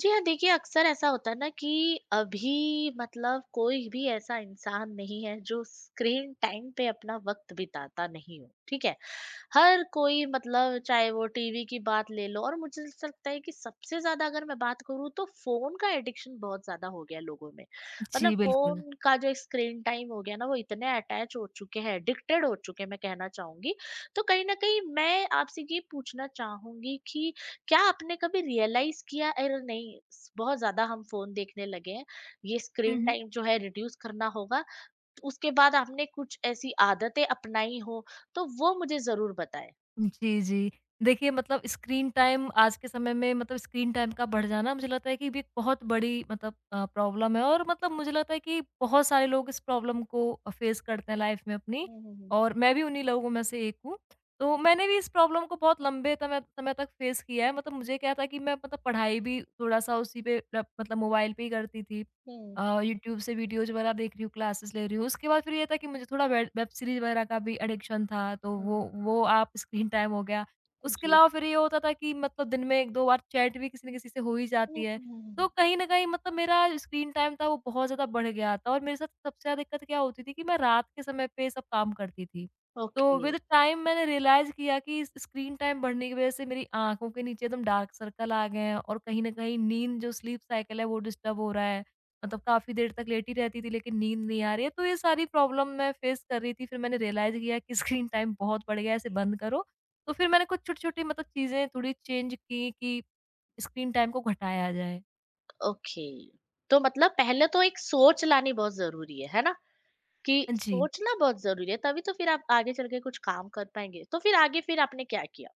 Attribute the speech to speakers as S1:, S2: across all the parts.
S1: जी हाँ, देखिए अक्सर ऐसा होता है ना कि अभी मतलब कोई भी ऐसा इंसान नहीं है जो स्क्रीन टाइम पे अपना वक्त बिताता नहीं हो, ठीक है? हर कोई मतलब चाहे वो टीवी की बात ले लो और मुझे ऐसा लगता है कि सबसे ज़्यादा अगर मैं बात करूँ तो फ़ोन का एडिक्शन बहुत ज़्यादा हो गया है लोगों में। मतलब
S2: जी, बिल्कुल।
S1: फ़ोन का जो स्क्रीन टाइम हो गया ना वो इतने अटैच हो चुके हैं, एडिक्टेड हो चुके हैं मैं कहना चाहूँगी। तो कहीं न कहीं मैं आपसे ये पूछना चाहूँगी कि क्या आपने कभी रियलाइज किया, अरे नहीं, बहुत ज्यादा हम फोन देखने लगे हैं, ये
S2: हुँ,
S1: स्क्रीन
S2: हुँ।
S1: टाइम जो है रिड्यूस करना होगा, तो उसके बाद आपने कुछ ऐसी आदतें अपनाई हो तो वो मुझे जरूर बताएं।
S2: जी, जी। देखिए, मतलब स्क्रीन टाइम आज के समय में, मतलब स्क्रीन टाइम का बढ़ जाना, मुझे लगता है कि ये भी एक बहुत बड़ी मतलब प्रॉब्लम है। और मतलब मुझे लगता है कि बहुत सारे लोग इस प्रॉब्लम को फेस करते हैं लाइफ़ में अपनी,
S1: हम्म हम्म
S2: और मैं भी उन्हीं लोगों में से एक हूँ। तो मैंने भी इस प्रॉब्लम को बहुत लंबे तमय समय तक फेस किया है। मतलब मुझे क्या था कि मैं मतलब पढ़ाई भी थोड़ा-सा उसी पे लैप मतलब मोबाइल पे ही करती थी।
S1: हम्म,
S2: यूट्यूब से वीडियोज़ वगैरह देख रही हूँ, क्लासेस ले रही हूँ। उसके बाद फिर ये था कि मुझे थोड़ा वेड वेब सीरीज़ वगैरह का भी एडिक्शन था, तो वो आप स्क्रीन टाइम हो गया। उसके
S1: जी।
S2: अलावा फिर ये होता था कि मतलब दिन में 1-2 बार चैट भी किसी न किसी से हो ही
S1: हम्म,
S2: जाती है। तो
S1: हम्म।
S2: कहीं न कहीं मतलब मेरा स्क्रीन टाइम था, वो बहुत ज़्यादा बढ़ गया था। और मेरे साथ सबसे ज़्यादा दिक्कत क्या होती थी कि मैं रात के समय पे सब काम करती थी। तो
S1: ओके।
S2: विद टाइम मैंने रियलाइज़ किया कि इस स्क्रीन टाइम बढ़ने की वज़ह से मेरी आँखों के नीचे एकदम डार्क सर्कल आ गए हैं, और कहीं न कहीं नींद, जो स्लीप साइकिल है, वो डिस्टर्ब हो रहा है। मतलब काफ़ी देर तक लेटी रहती थी, लेकिन नींद नहीं आ रही है, तो ये सारी प्रॉब्लम मैं फ़ेस कर रही थी। फिर मैंने रियलाइज़ किया कि स्क्रीन टाइम बहुत बढ़ गया है, इसे बंद करो। तो फिर मैंने कुछ छोटी-छोटी मतलब चीज़ें थोड़ी चेंज की कि स्क्रीन टाइम को घटाया जाए।
S1: ओके, तो मतलब पहले तो एक सोच लानी बहुत जरूरी है ना, कि
S2: जी।
S1: सोचना बहुत जरूरी है, तभी तो फिर आप आगे चल के कुछ काम कर पाएंगे। तो फिर आगे फिर आपने क्या किया?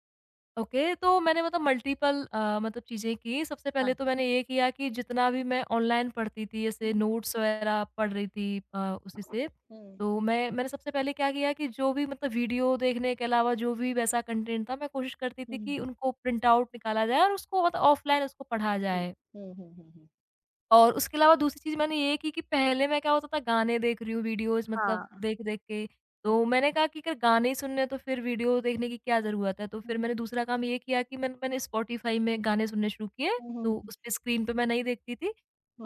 S2: ओके, तो मैंने मतलब मल्टीपल मतलब चीज़ें की। सबसे पहले
S1: हाँ।
S2: तो मैंने ये किया कि जितना भी मैं ऑनलाइन पढ़ती थी, जैसे
S1: हम्म।
S2: नोट्स वगैरह पढ़ रही थी, अ, उसी से।
S1: हम्म
S2: तो मैंने सबसे पहले क्या किया कि जो भी मतलब वीडियो देखने के अलावा जो भी वैसा कंटेंट था, मैं कोशिश करती थी
S1: हम्म
S2: कि उनको प्रिंट आउट निकाला जाए और उसको मतलब ऑफ़लाइन उसको पढ़ा
S1: जी।
S2: जाए।
S1: हम्म हम्म हम्म, हम्म।
S2: और उसके अलावा दूसरी चीज़ मैंने ये की कि पहले मैं क्या होता था, गाने देख रही हूँ, वीडियोज़ मतलब
S1: हाँ।
S2: देख-देख के,
S1: हां.
S2: तो मैंने कहा कि अगर गाने ही सुनने हैं तो फिर वीडियो देखने की क्या ज़रूरत है? तो
S1: हं,
S2: फिर
S1: हं.
S2: मैंने दूसरा काम ये किया कि मैंने मैंने स्पॉटिफ़ाई में गाने सुनने शुरू किए,
S1: हं, हं.
S2: तो उसपे स्क्रीन पे मैं नहीं देखती थी।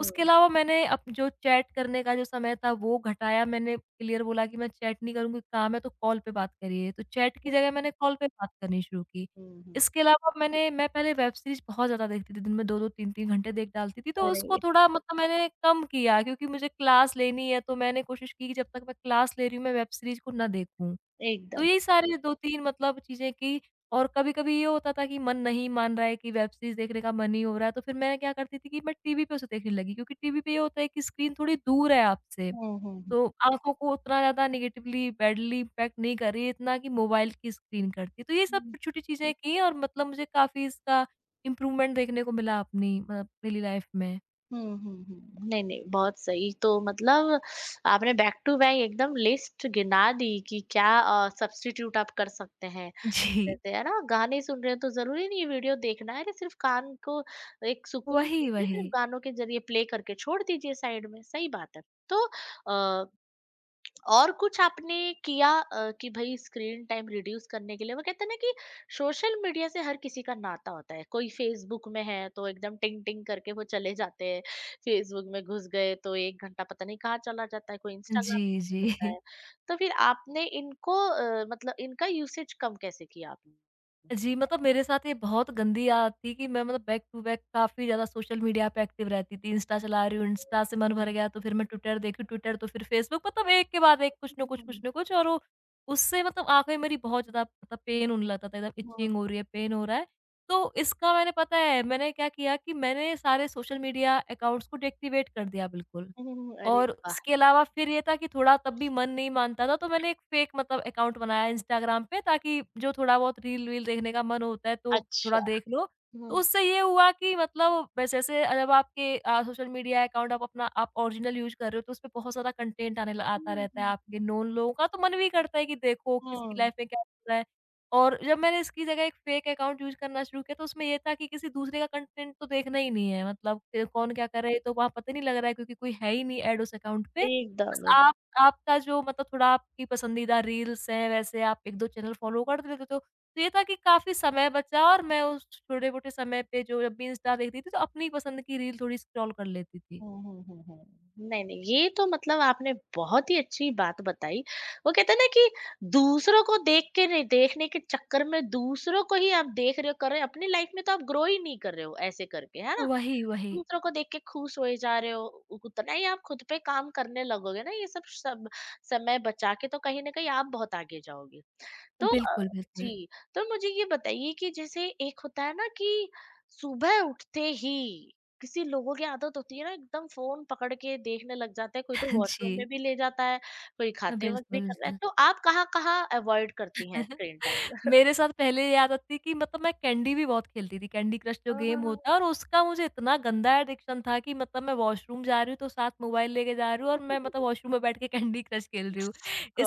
S2: उसके अलावा मैंने अप जो चैट करने का जो समय था वो घटाया, मैंने क्लियर बोला कि मैं चैट नहीं करूँगी, काम है तो कॉल पे बात करिए, तो चैट की
S1: हं.
S2: जगह मैंने कॉल पे बात करनी शुरू की।
S1: हं, हं.
S2: इसके अलावा मैं पहले वेब सीरीज़ बहुत ज़्यादा देखती थी, दिन में 2-2 3-3 घंटे देख डालती थी, तो उसको
S1: अरे!
S2: थोड़ा मतलब मैंने कम किया, क्योंकि मुझे क्लास लेनी है, तो मैंने कोशिश की कि जब तक मैं क्लास ले रही हूँ, मैं वेब सीरीज़ को ना देखूँ। तो
S1: एकदम.
S2: यही सारी 2-3 मतलब चीज़ें की, और कभी-कभी ये होता था कि मन नहीं मान रहा है, कि वेब सीरीज़ देखने का मन नहीं हो रहा है, तो फिर मैं क्या करती थी कि मैं टीवी पे उसे देखने लगी, क्योंकि टीवी पे ये होता है कि स्क्रीन थोड़ी दूर है आपसे।
S1: हुँ, हुँ, हुँ.
S2: तो आँखों को उतना ज़्यादा नेगेटिवली बैडली इम्पैक्ट नहीं कर रही है, इतना कि मोबाइल की स्क्रीन करती है। तो ये सब
S1: हुँ.
S2: छोटी-छोटी चीज़ें की हैं, और मतलब मुझे काफ़ी इसका इम्प्रूवमेंट देखने को मिला अपनी मतलब डेली लाइफ़ में।
S1: हुँ, हुँ, हुँ. नहीं, नहीं, बहुत सही। तो मतलब आपने बैक टू बैक एकदम लिस्ट गिना दी कि क्या सब्स्टिट्यूट आप कर सकते हैं।
S2: जी,
S1: जैसे है ना, गाने सुन रहे हैं तो ज़रूरी नहीं है वीडियो देखना है, अरे सिर्फ़ कान को एक सुकून
S2: वही,
S1: दीजिए,
S2: वही।
S1: सिर्फ़ गानों के ज़रिए प्ले करके छोड़ दीजिए साइड में, सही बात है। तो अ और कुछ आपने किया कि भई स्क्रीन टाइम रिड्यूस करने के लिए, वो कहते हैं ना कि सोशल मीडिया से हर किसी का नाता होता है। कोई फेसबुक में है तो एकदम टिंग-टिंग करके वो चले जाते हैं। फेसबुक में घुस गए तो 1 घंटा पता नहीं कहाँ चला जाता है, कोई
S2: जी,
S1: इंस्टाग्राम करता
S2: जी।
S1: है। तो फिर आपने इनको मतलब इनका यूसेज कम कैसे किया आपने?
S2: जी, मतलब मेरे साथ ये बहुत गंदी आदत थी कि मैं मतलब बैक टू बैक काफ़ी ज़्यादा सोशल मीडिया पे एक्टिव रहती थी। इंस्टा चला रही हूँ, इंस्टा से मन भर
S1: हुँ।
S2: गया तो फिर मैं ट्विटर देखी, ट्विटर तो फिर फेसबुक, मतलब एक के बाद एक कुछ न
S1: हुँ,
S2: कुछ, कुछ
S1: हुँ,
S2: न कुछ। और वो, उससे मतलब आँखें मेरी बहुत ज़्यादा मतलब पेन होने लगता था, एकदम
S1: हुँ,
S2: इचिंग हो रही है, पेन हो रहा है। तो इसका मैंने, पता है मैंने क्या किया, कि मैंने सारे सोशल मीडिया अकाउंट्स को डीएक्टिवेट कर दिया बिल्कुल।
S1: हुँ, अरे
S2: और
S1: वाह!
S2: उसके अलावा फिर ये था कि थोड़ा तब भी मन नहीं मानता था, तो मैंने एक फ़ेक मतलब अकाउंट बनाया इंस्टाग्राम पे, ताकि जो थोड़ा बहुत रील-वील देखने का मन होता है तो थोड़ा
S1: अच्छा।
S2: देख लो। तो
S1: हुँ।
S2: उससे ये हुआ कि मतलब वैसे, जैसे जब आपके सोशल मीडिया अकाउंट, आप अपना आप ओरिजिनल यूज़ कर रहे हो, तो उसपे बहुत ज़्यादा कंटेंट आने ल आता
S1: हुँ,
S2: रहता है
S1: हुँ,
S2: आपके
S1: हुँ।
S2: नोन लोगों का, तो मन भी करता है कि देखो किसकी
S1: हुँ,
S2: लाइफ़ में क्या चल रहा है। और जब मैंने इसकी जगह एक फेक अकाउंट यूज़ करना शुरू किया, तो उसमें ये था कि किसी दूसरे का कंटेंट तो देखना ही नहीं है, मतलब क कौन क्या कर रहा है ये तो वहाँ पता नहीं लग रहा है, क्योंकि कोई है ही नहीं ऐड उस अकाउंट पे।
S1: एकदम,
S2: बस
S1: एकदम।
S2: आप आपका जो मतलब थोड़ा आपकी पसंदीदा रील्स हैं, वैसे आप 1-2 चैनल फ़ॉलो कर लेते तो। तो ये था कि काफ़ी समय बचा, और मैं उस छोटे-मोटे समय पे जो जब भी इंस्टा देखती थी तो अपनी पसंद की रील थोड़ी स्क्रॉल कर लेती थी।
S1: हुँ, हुँ, हुँ, हुँ। नहीं, नहीं, ये तो मतलब आपने बहुत ही अच्छी बात बताई। वो कहते हैं ना कि दूसरों को देख के, नहीं देखने के चक्कर में दूसरों को ही आप देख रहे हो, कर रहे हो, अपनी लाइफ में तो आप ग्रो ही नहीं कर रहे हो ऐसे करके, है ना?
S2: वही, वही।
S1: दूसरों को देख के खुश होए जा रहे हो, उ उतना ही आप खुद पे काम करने लगोगे ना, ये सब सब समय बचा के तो कहीं न कहीं आप बहुत आगे जाओगे। तो अ,
S2: बिल्कुल, बिल्कुल।
S1: जी, तो मुझे ये बताइए कि जैसे एक होता है ना कि सुबह उठते ही किसी लोगों की आदत होती है ना, एकदम फ़ोन पकड़ के देखने लग जाते हैं, कोई तो
S2: जी।
S1: वॉशरूम में भी ले जाता है, कोई खाते वक़्त भी
S2: बिल्कुल,
S1: कर रहा है,
S2: बिल्कुल।
S1: तो आप कहाँ-कहाँ अवॉइड करती हैं स्क्रीन टाइम?
S2: मेरे साथ पहले ये आदत थी कि मतलब मैं कैंडी भी बहुत खेलती थी, कैंडी क्रश जो
S1: हाँ,
S2: गेम
S1: हाँ, हाँ।
S2: होता है, और उसका मुझे इतना गंदा एडिक्शन था कि मतलब मैं वॉशरूम जा रही हूँ, तो साथ मोबाइल लेके जा रही हूँ, और मैं मतलब वॉशरूम में बैठ के कैंडी क्रश खेल रही हूँ।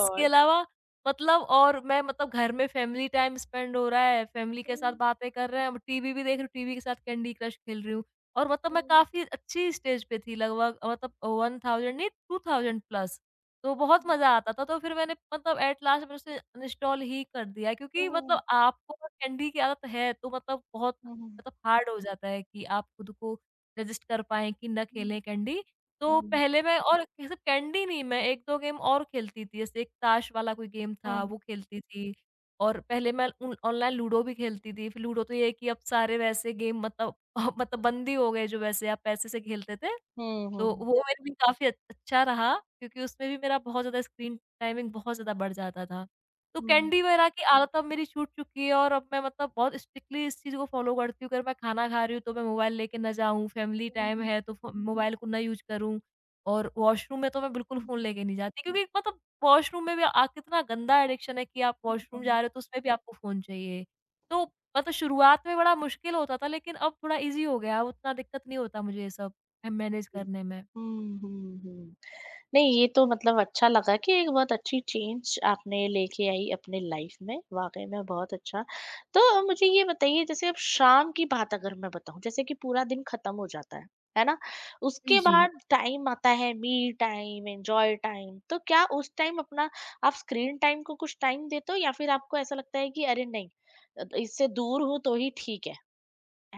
S2: इसके अलावा मतलब और मैं मतलब घर में फैमिली टाइम स्पेंड हो रहा है, फैमिली के साथ
S1: हुँ,
S2: बातें कर रहे हैं, टीवी भी देख रही हूँ, टीवी के साथ कैंडी क्रश खेल रही हूँ, और मतलब मैं
S1: हुँ,
S2: काफ़ी अच्छी स्टेज पे थी, लगभग मतलब 1000 नहीं, 2000 प्लस। तो बहुत
S1: हुँ।
S2: मज़ा आता था, तो फिर मैंने मतलब एट लास्ट मैंने उसे अनइंस्टॉल ही कर दिया, क्योंकि
S1: हुँ,
S2: मतलब आपको अगर कैंडी की आदत है, तो मतलब बहुत
S1: हुँ,
S2: मतलब हार्ड हो जाता है कि आप खुद को रजिस्ट कर पाएँ कि ना
S1: हुँ,
S2: खेलें कैंडी।
S1: हुँ,
S2: तो
S1: हुँ,
S2: पहले मैं, और ये सिर्फ़ कैंडी नहीं, मैं 1-2 गेम और खेलती थी, जैसे एक ताश वाला कोई गेम था, वो खेलती थी, और पहले मैं उन ऑनलाइन लूडो भी खेलती थी। फिर लूडो तो ये है कि अब सारे वैसे गेम मतलब मतलब बंद ही हो गए, जो वैसे आप पैसे से खेलते थे।
S1: हुँ,
S2: तो
S1: हुँ,
S2: वो मेरे लिए काफ़ी अच अच्छा रहा, क्योंकि उसमें भी मेरा बहुत ज़्यादा स्क्रीन टाइमिंग बहुत ज़्यादा बढ़ जाता था। तो
S1: हुँ, हुँ, हुँ,
S2: कैंडी वगैरह की आदत अब मेरी छूट चुकी है, और अब मैं मतलब बहुत स्ट्रिक्टली इस चीज़ को फ़ॉलो करती हूँ, अगर मैं खाना खा रही हूँ तो मैं मोबाइल लेके ना जाऊँ, फ़ैमिली टाइम
S1: हुँ,
S2: है तो फ़ो मोबाइल को ना यूज़ करूँ, और वॉशरूम में तो मैं बिल्कुल
S1: हुँ,
S2: फ़ोन
S1: हुँ,
S2: लेके नहीं जाती, क्योंकि मतलब वॉशरूम में भी, आ कितना गंदा एडिक्शन है कि आप वॉशरूम
S1: हुँ,
S2: जा रहे हो तो उसमें भी आपको फ़ोन चाहिए। तो मतलब शुरुआत में बड़ा मुश्किल होता था, लेकिन अब थोड़ा ईज़ी हो गया, अब उतना दिक्कत नहीं होता मुझे ये सब मैनेज करने में।
S1: हुँ, हुँ, हुँ, हुँ। नहीं, ये तो मतलब अच्छा लगा कि एक बहुत अच्छी चेंज आपने लेके आई अपने लाइफ में, वाक़ई में बहुत अच्छा। तो मुझे ये बताइए, जैसे अब शाम की बात अगर मैं बताऊँ, जैसे कि पूरा दिन ख़त्म हो जाता है ना? उसके
S2: जी।
S1: बाद टाइम आता है मी टाइम, एन्जॉय टाइम, तो क्या उस टाइम अपना आप स्क्रीन टाइम को कुछ टाइम देते हो, या फिर आपको ऐसा लगता है कि अरे नहीं, इससे दूर हूँ तो ही ठीक है,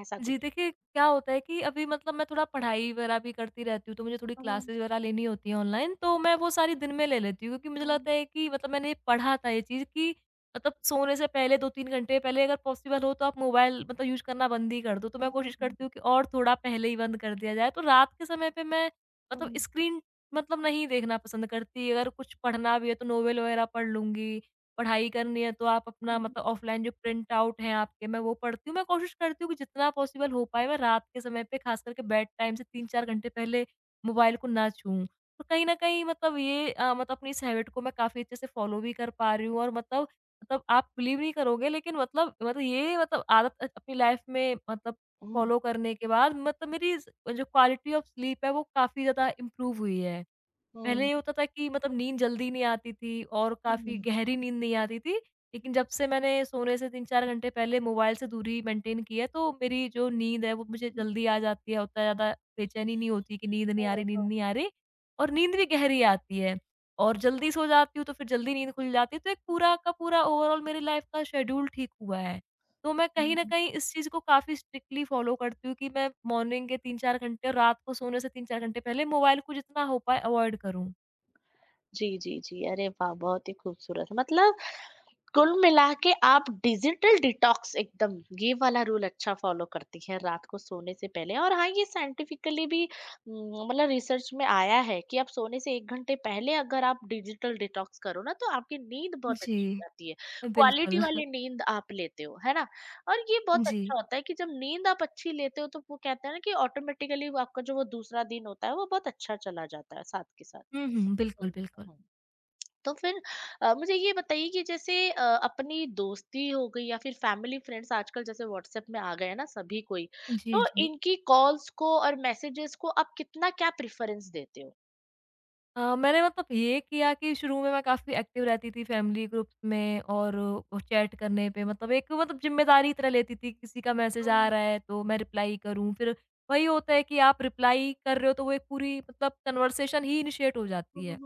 S1: ऐसा
S2: जी,
S1: कुछ?
S2: देखिए क्या होता है कि अभी मतलब मैं थोड़ा पढ़ाई वगैरह भी करती रहती हूँ, तो मुझे थोड़ी
S1: हुँ,
S2: क्लासेज़ वगैरह लेनी होती हैं ऑनलाइन, तो मैं वो सारी दिन में ले लेती हूँ, क्योंकि मुझे
S1: हुँ,
S2: लगता है कि मतलब मैंने पढ़ा था ये चीज़ कि मतलब सोने से पहले 2-3 घंटे पहले अगर पॉसिबल हो तो आप मोबाइल मतलब यूज़ करना बंद ही कर दो, तो मैं
S1: हुँ,
S2: कोशिश
S1: हुँ,
S2: करती हूँ कि और थोड़ा पहले ही बंद कर दिया जाए। तो रात के समय पे मैं मतलब
S1: हुँ,
S2: स्क्रीन मतलब नहीं देखना पसंद करती, अगर कुछ पढ़ना भी है तो नोवेल वगैरह पढ़ लूँगी। पढ़ाई करनी है तो आप अपना
S1: हुँ।
S2: मतलब ऑफ़लाइन जो प्रिंट आउट हैं आपके, मैं वो पढ़ती हूँ। मैं कोशिश करती हूँ कि जितना पॉसिबल हो पाए, मैं रात के समय पे ख़ास करके बेड टाइम से 3-4 घंटे पहले मोबाइल को ना छूऊँ। तो कहीं न कहीं मतलब ये मतलब अपनी इस हैबिट को मैं काफ़ी अच्छे से फ़ॉलो भी कर पा रही हूँ, और मतलब आप बिलीव नहीं करोगे, लेकिन मतलब ये मतलब आदत अपनी लाइफ़ में मतलब फ़ॉलो करने के बाद मतलब मेरी स जो क्वालिटी ऑफ स्लीप है वो काफ़ी ज़्यादा इम्प्रूव हुई है। पहले
S1: हुँ,
S2: ये होता था कि मतलब नींद जल्दी नहीं आती थी, और
S1: हुँ,
S2: काफ़ी गहरी नींद नहीं आती थी। लेकिन जब से मैंने सोने से 3-4 घंटे पहले मोबाइल से दूरी मेंटेन की है, तो मेरी जो नींद है वो मुझे जल्दी आ जाती है, उतना ज़्यादा बेचैनी नहीं होती कि नींद नहीं आ
S1: हुँ।
S2: रही, नींद नहीं आ रही, और नींद भी गहरी आती है। और जल्दी सो जाती हूँ तो फिर जल्दी नींद खुल जाती है, तो एक पूरा का पूरा ओवरऑल मेरी लाइफ़ का शेड्यूल ठीक हुआ है। तो मैं
S1: हुँ,
S2: कहीं न
S1: हुँ।
S2: कहीं इस चीज़ को काफ़ी स्ट्रिक्टली फ़ॉलो करती हूँ कि मैं मॉर्निंग के 3-4 घंटे और रात को सोने से 3-4 घंटे पहले मोबाइल को जितना हो पाए अवॉइड करूँ।
S1: जी, जी, जी। अरे वाह! बहुत ही खूबसूरत। मतलब कुल मिला के आप डिजिटल डिटॉक्स एकदम ये वाला रूल अच्छा फॉलो करती हैं रात को सोने से पहले। और हाँ, ये साइंटिफिकली भी मतलब रिसर्च में आया है कि आप सोने से एक घंटे पहले अगर आप डिजिटल डिटॉक्स करो ना, तो आपकी नींद बहुत
S2: जी,
S1: अच्छी आती है, क्वालिटी
S2: बिल्कुल।
S1: वाली नींद आप लेते हो, है ना? और ये बहुत
S2: जी।
S1: अच्छा होता है कि जब नींद आप अच्छी लेते हो तो वो कहते हैं ना कि ऑटोमेटिकली आपका जो वो दूसरा दिन होता है वो बहुत अच्छा चला जाता है साथ के साथ।
S2: हुँ, हुँ, बिल्कुल,
S1: हम्म,
S2: बिल्कुल।
S1: हम्म। तो फिर मुझे ये बताइए कि जैसे अपनी दोस्ती हो गई या फिर फैमिली फ्रेंड्स, आजकल जैसे व्हाट्सएप में आ गए हैं ना सभी कोई,
S2: जी,
S1: तो
S2: जी।
S1: इनकी कॉल्स को और मैसेजेस को आप कितना क्या प्रेफरेंस देते हो?
S2: मैंने मतलब ये किया कि शुरू में मैं काफ़ी एक्टिव रहती थी फैमिली ग्रुप्स में, और चैट करने पे मतलब एक मतलब ज़िम्मेदारी तरह लेती थी, किसी का मैसेज आ रहा है तो मैं रिप्लाई करूँ। फिर वही होता है कि आप रिप्लाई कर रहे हो तो वो एक पूरी मतलब कन्वर्सेशन ही इनिशिएट हो जाती है।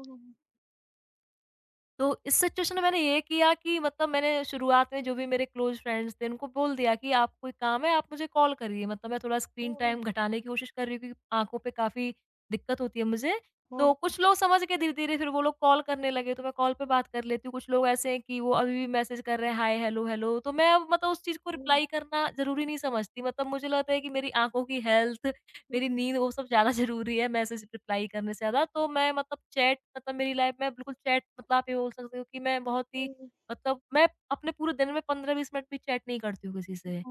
S2: तो इस सिचुएशन में मैंने ये किया कि मतलब मैंने शुरुआत में जो भी मेरे क्लोज़ फ्रेंड्स थे उनको बोल दिया कि आप कोई काम है आप मुझे कॉल करिए, मतलब मैं थोड़ा स्क्रीन टाइम घटाने की कोशिश कर रही हूँ क्योंकि आँखों पे काफ़ी दिक्कत होती है मुझे। तो कुछ लोग समझ गए धीरे-धीरे, फिर वो लोग कॉल करने लगे तो मैं कॉल पे बात कर लेती हूँ। कुछ लोग ऐसे हैं कि वो अभी भी मैसेज कर रहे हैं, हाय, हेलो, हेलो। तो मैं अब मतलब उस चीज़ को रिप्लाई करना ज़रूरी नहीं समझती, मतलब मुझे लगता है कि मेरी आँखों की हेल्थ, मेरी नींद, वो सब ज़्यादा ज़रूरी है मैसेज रिप्लाई करने से ज़्यादा। तो मैं मतलब चैट, मतलब मेरी लाइफ़ में बिल्कुल चैट, मतलब आप ये बोल सकते हो कि मैं बहुत ही मतलब मैं अपने पूरे दिन में 15-20 मिनट भी चैट नहीं करती हूँ किसी से।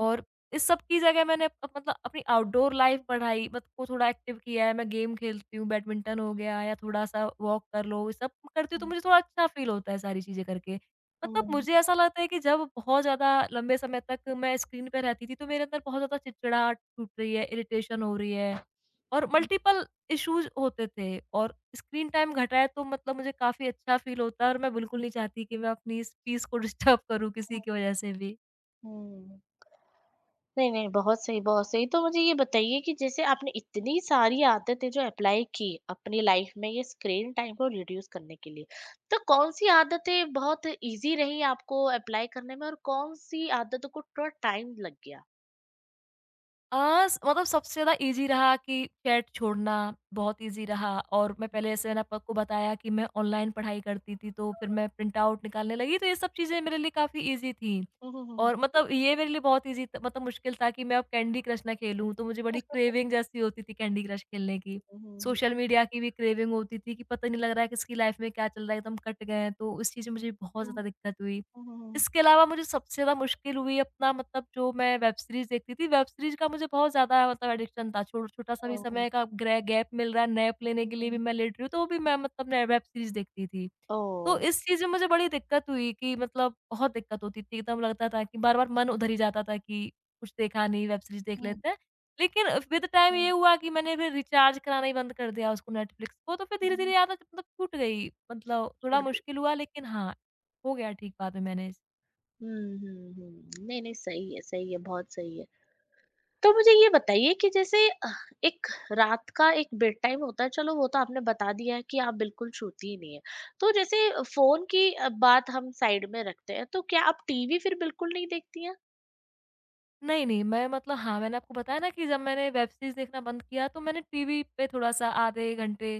S2: और इस सब की जगह मैंने अप अप- मतलब अपनी आउटडोर लाइफ बढ़ाई, मत को थोड़ा एक्टिव किया है, मैं गेम खेलती हूँ, बैडमिंटन हो गया या थोड़ा-सा वॉक कर लो, ये सब करती हूँ तो मुझे थोड़ा अच्छा फ़ील होता है सारी चीज़ें करके। मतलब मुझे ऐसा लगता है कि जब बहुत ज़्यादा लंबे समय तक मैं स्क्रीन पे रहती थी तो मेरे अंदर बहुत ज़्यादा चिड़चिड़ाहट छूट रही है, इरिटेशन हो रही है और मल्टीपल इश्यूज़ होते थे, और स्क्रीन टाइम घटाए तो मतलब मुझे काफ़ी अच्छा फ़ील होता है, और मैं बिल्कुल नहीं चाहती कि मैं अपनी इस पीस को डिस्टर्ब करूँ किसी की वजह से भी।
S1: नहीं, नहीं, बहुत सही, बहुत सही। तो मुझे ये बताइए कि जैसे आपने इतनी सारी आदतें जो अप्लाई की अपनी लाइफ में ये स्क्रीन टाइम को रिड्यूस करने के लिए, तो कौन-सी आदतें बहुत ईज़ी रही आपको अप्लाई करने में और कौन-सी आदतों को थोड़ा टाइम लग गया?
S2: स मतलब सबसे ज़्यादा ईज़ी रहा कि चैट छोड़ना बहुत ईज़ी रहा। और मैं पहले, जैसे मैंने आपको बताया कि मैं ऑनलाइन पढ़ाई करती थी, तो फिर मैं प्रिंट आउट निकालने लगी, तो ये सब चीज़ें मेरे लिए काफ़ी ईज़ी थी।
S1: हुँ, हुँ, हुँ।
S2: और मतलब ये मेरे लिए बहुत ईज़ी त मतलब मुश्किल था कि मैं अब कैंडी क्रश ना खेलूँ, तो मुझे बड़ी क्रेविंग जैसी होती थी कैंडी क्रश खेलने की।
S1: हुँ, हुँ, हुँ।
S2: सोशल मीडिया की भी क्रेविंग होती थी कि पता नहीं लग रहा है किसकी लाइफ़ में क्या चल रहा है, एकदम कट गए हैं, तो उस चीज़ में मुझे बहुत ज़्यादा
S1: हुँ,
S2: दिक्कत हुई।
S1: हुँ, हुँ।
S2: इसके अलावा मुझे सबसे ज़्यादा मुश्किल हुई अपना मतलब, जो मैं वेब सीरीज़ देखती थी, वेब सीरीज़ का मुझे बहुत ज़्यादा मतलब एडिक्शन था, छो छोटा-सा भी
S1: हुँ, हुँ,
S2: समय का ग्रे गैप मिल रहा है, नैप लेने के लिए भी
S1: हुँ।
S2: मैं लेट रही हूँ, तो भी मैं मतलब नए वेब सीरीज़ देखती थी।
S1: ओह!
S2: तो इस चीज़ में मुझे बड़ी दिक्कत हुई कि मतलब बहुत दिक्कत होती थी, एकदम लगता था कि बार-बार मन उधर ही जाता था कि कुछ देखा नहीं, वेब सीरीज़ देख
S1: हुँ,
S2: लेते हैं। लेकिन विद टाइम ये
S1: हुँ,
S2: हुआ कि मैंने फिर रिचार्ज कराना ही बंद कर दिया उसको, नेटफ्लिक्स को, तो फिर
S1: हुँ।
S2: धीरे-धीरे आदत मतलब छूट गई, मतलब थोड़ा
S1: छूट गई।
S2: मुश्किल हुआ लेकिन हाँ, हो गया ठीक बाद में मैनेज।
S1: हुँ, हुँ, हुँ। नहीं, नहीं, सही है, बहुत सही है। तो मुझे ये बताइए कि जैसे एक रात का एक बेड टाइम होता है, चलो वो तो आपने बता दिया है कि आप बिल्कुल छूती ही नहीं है, तो जैसे फोन की बात हम साइड में रखते हैं, तो क्या आप टीवी फिर बिल्कुल नहीं देखती हैं?
S2: नहीं, नहीं, मैं मतलब हाँ, मैंने आपको बताया ना कि जब मैंने वेब सीरीज़ देखना बंद किया, तो मैंने टीवी पे थोड़ा-सा आधे घंटे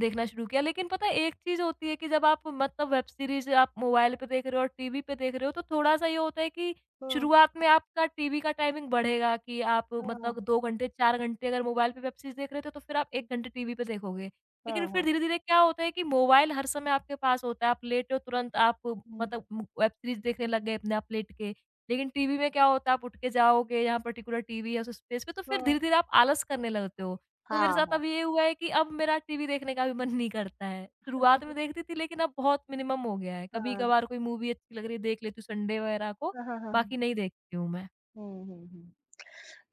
S2: देखना शुरू किया। लेकिन पता है, एक चीज़ होती है कि जब आप मतलब वेब सीरीज़ आप मोबाइल पे देख रहे हो और टीवी पे देख रहे हो, तो थोड़ा-सा ये होता है कि
S1: हाँ।
S2: शुरुआत में आपका टीवी का टाइमिंग बढ़ेगा कि आप
S1: हाँ।
S2: मतलब 2 घंटे, 4 घंटे अगर मोबाइल पे वेब सीरीज़ देख रहे थे, तो फिर आप 1 घंटे टीवी पे देखोगे।
S1: हाँ।
S2: लेकिन फिर
S1: हाँ।
S2: धीरे-धीरे क्या होता है कि मोबाइल हर समय आपके पास होता है, आप लेटे हो, तुरंत आप
S1: हम्म।
S2: मतलब वेब सीरीज़ देखने लग गए अपने आप लेट के। लेकिन टीवी में क्या होता है, आप उठ के जाओगे, यहाँ पर्टिकुलर टीवी है उस स्पेस पे, तो फिर
S1: हाँ
S2: धीरे-धीरे आप आलस करने लगते हो। तो
S1: हाँ
S2: मेरे साथ
S1: हाँ
S2: अब ये हुआ है कि अब मेरा टीवी देखने का भी मन नहीं करता है। शुरुआत में देखती थी लेकिन अब बहुत मिनिमम हो गया है।
S1: हाँ
S2: कभी-कभार कोई मूवी अच्छी लग रही है देख लेती हूँ संडे वगैरह को,
S1: हाँ हाँ हाँ,
S2: बाकी नहीं देखती हूँ मैं।
S1: हम्म।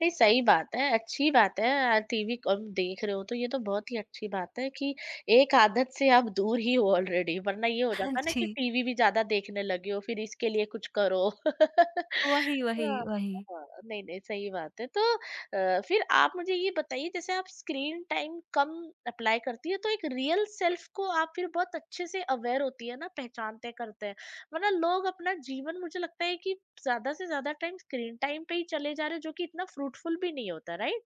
S1: नहीं, सही बात है, अच्छी बात है। टीवी कम देख रहे हो तो ये तो बहुत ही अच्छी बात है कि एक आदत से आप दूर ही हो ऑलरेडी, वरना ये हो
S2: हाँ
S1: जाता ना
S2: जी।
S1: कि टीवी भी ज़्यादा देखने लगे हो फिर इसके लिए कुछ करो।
S2: वही, वही,
S1: हाँ,
S2: वही।
S1: हाँ, नहीं, नहीं सही बात है। तो फिर आप मुझे ये बताइए, जैसे आप स्क्रीन टाइम कम अप्लाई करती है, तो एक रियल सेल्फ को आप फिर बहुत अच्छे से अवेयर होती है ना, पहचानते करते हैं। वरना लोग अपना जीवन, मुझे लगता है कि ज़्यादा से ज़्यादा टाइम स्क्रीन टाइम पे ही चले जा रहे हैं, जो कि इतना फ्रूटफुल भी नहीं होता, राइट?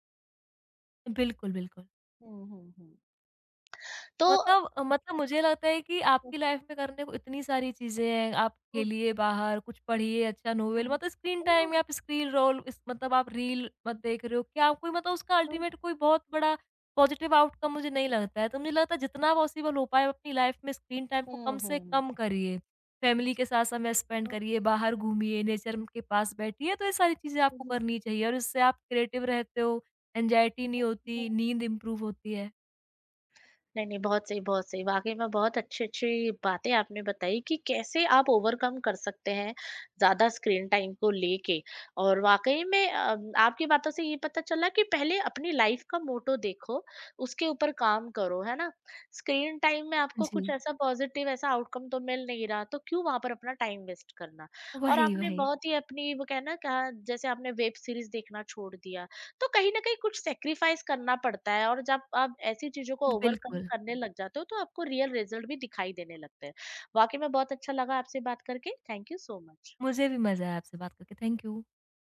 S2: बिल्कुल, बिल्कुल।
S1: हुँ, हुँ, हुँ। तो
S2: मतलब मतलब मुझे लगता है कि
S1: हुँ,
S2: आपकी लाइफ में करने को इतनी सारी चीज़ें हैं, आप
S1: हुँ,
S2: खेलिए बाहर, कुछ पढ़िए, अच्छा नोवेल,
S1: हुँ,
S2: मतलब स्क्रीन टाइम, या
S1: हुँ,
S2: आप स्क्रीन रोल इस मतलब आप रील मत देख रहे हो, क्या कोई मतलब उसका
S1: हुँ।
S2: अल्टीमेट कोई बहुत बड़ा पॉजिटिव आउटकम मुझे नहीं लगता है। तो मुझे लगता है जितना पॉसिबल हो पाए अपनी लाइफ में स्क्रीन टाइम को कम
S1: हुँ,
S2: से
S1: हुँ,
S2: कम करिए। फैमिली के साथ समय स्पेंड करिए, बाहर घूमिए, नेचर के पास बैठिए, तो ये सारी चीज़ें आपको करनी चाहिए, और इससे आप क्रिएटिव रहते हो, एंग्जायटी नहीं
S1: हुँ।
S2: होती, नींद इम्प्रूव होती है।
S1: नहीं, नहीं, बहुत सही, बहुत सही। वाक़ई में बहुत अच्छी-अच्छी बातें आपने बताई कि कैसे आप ओवरकम कर सकते हैं ज़्यादा स्क्रीन टाइम को लेके। और वाक़ई में आपकी बातों से ये पता चला कि पहले अपनी लाइफ़ का मोटो देखो, उसके ऊपर काम करो, है ना? स्क्रीन टाइम में आपको कुछ
S2: जी,
S1: ऐसा पॉज़िटिव ऐसा आउटकम तो मिल नहीं रहा, तो क्यों वहाँ पर अपना टाइम वेस्ट करना? और
S2: वही,
S1: आपने
S2: वही।
S1: बहुत ही अपनी वो कहना कहा, जैसे आपने वेब सीरीज़ देखना छोड़ दिया, तो कहीं न कहीं कुछ सैक्रिफाइस करना पड़ता है, और जब आप ऐसी चीज़ों को ओवरकम
S2: बिल्कुल।
S1: करने लग जाते हो तो आपको रियल रिज़ल्ट भी दिखाई देने लगते हैं। वाक़ई में बहुत अच्छा लगा आपसे बात करके। Thank you so much.
S2: मुझे भी मज़ा आया आपसे बात करके। Thank you.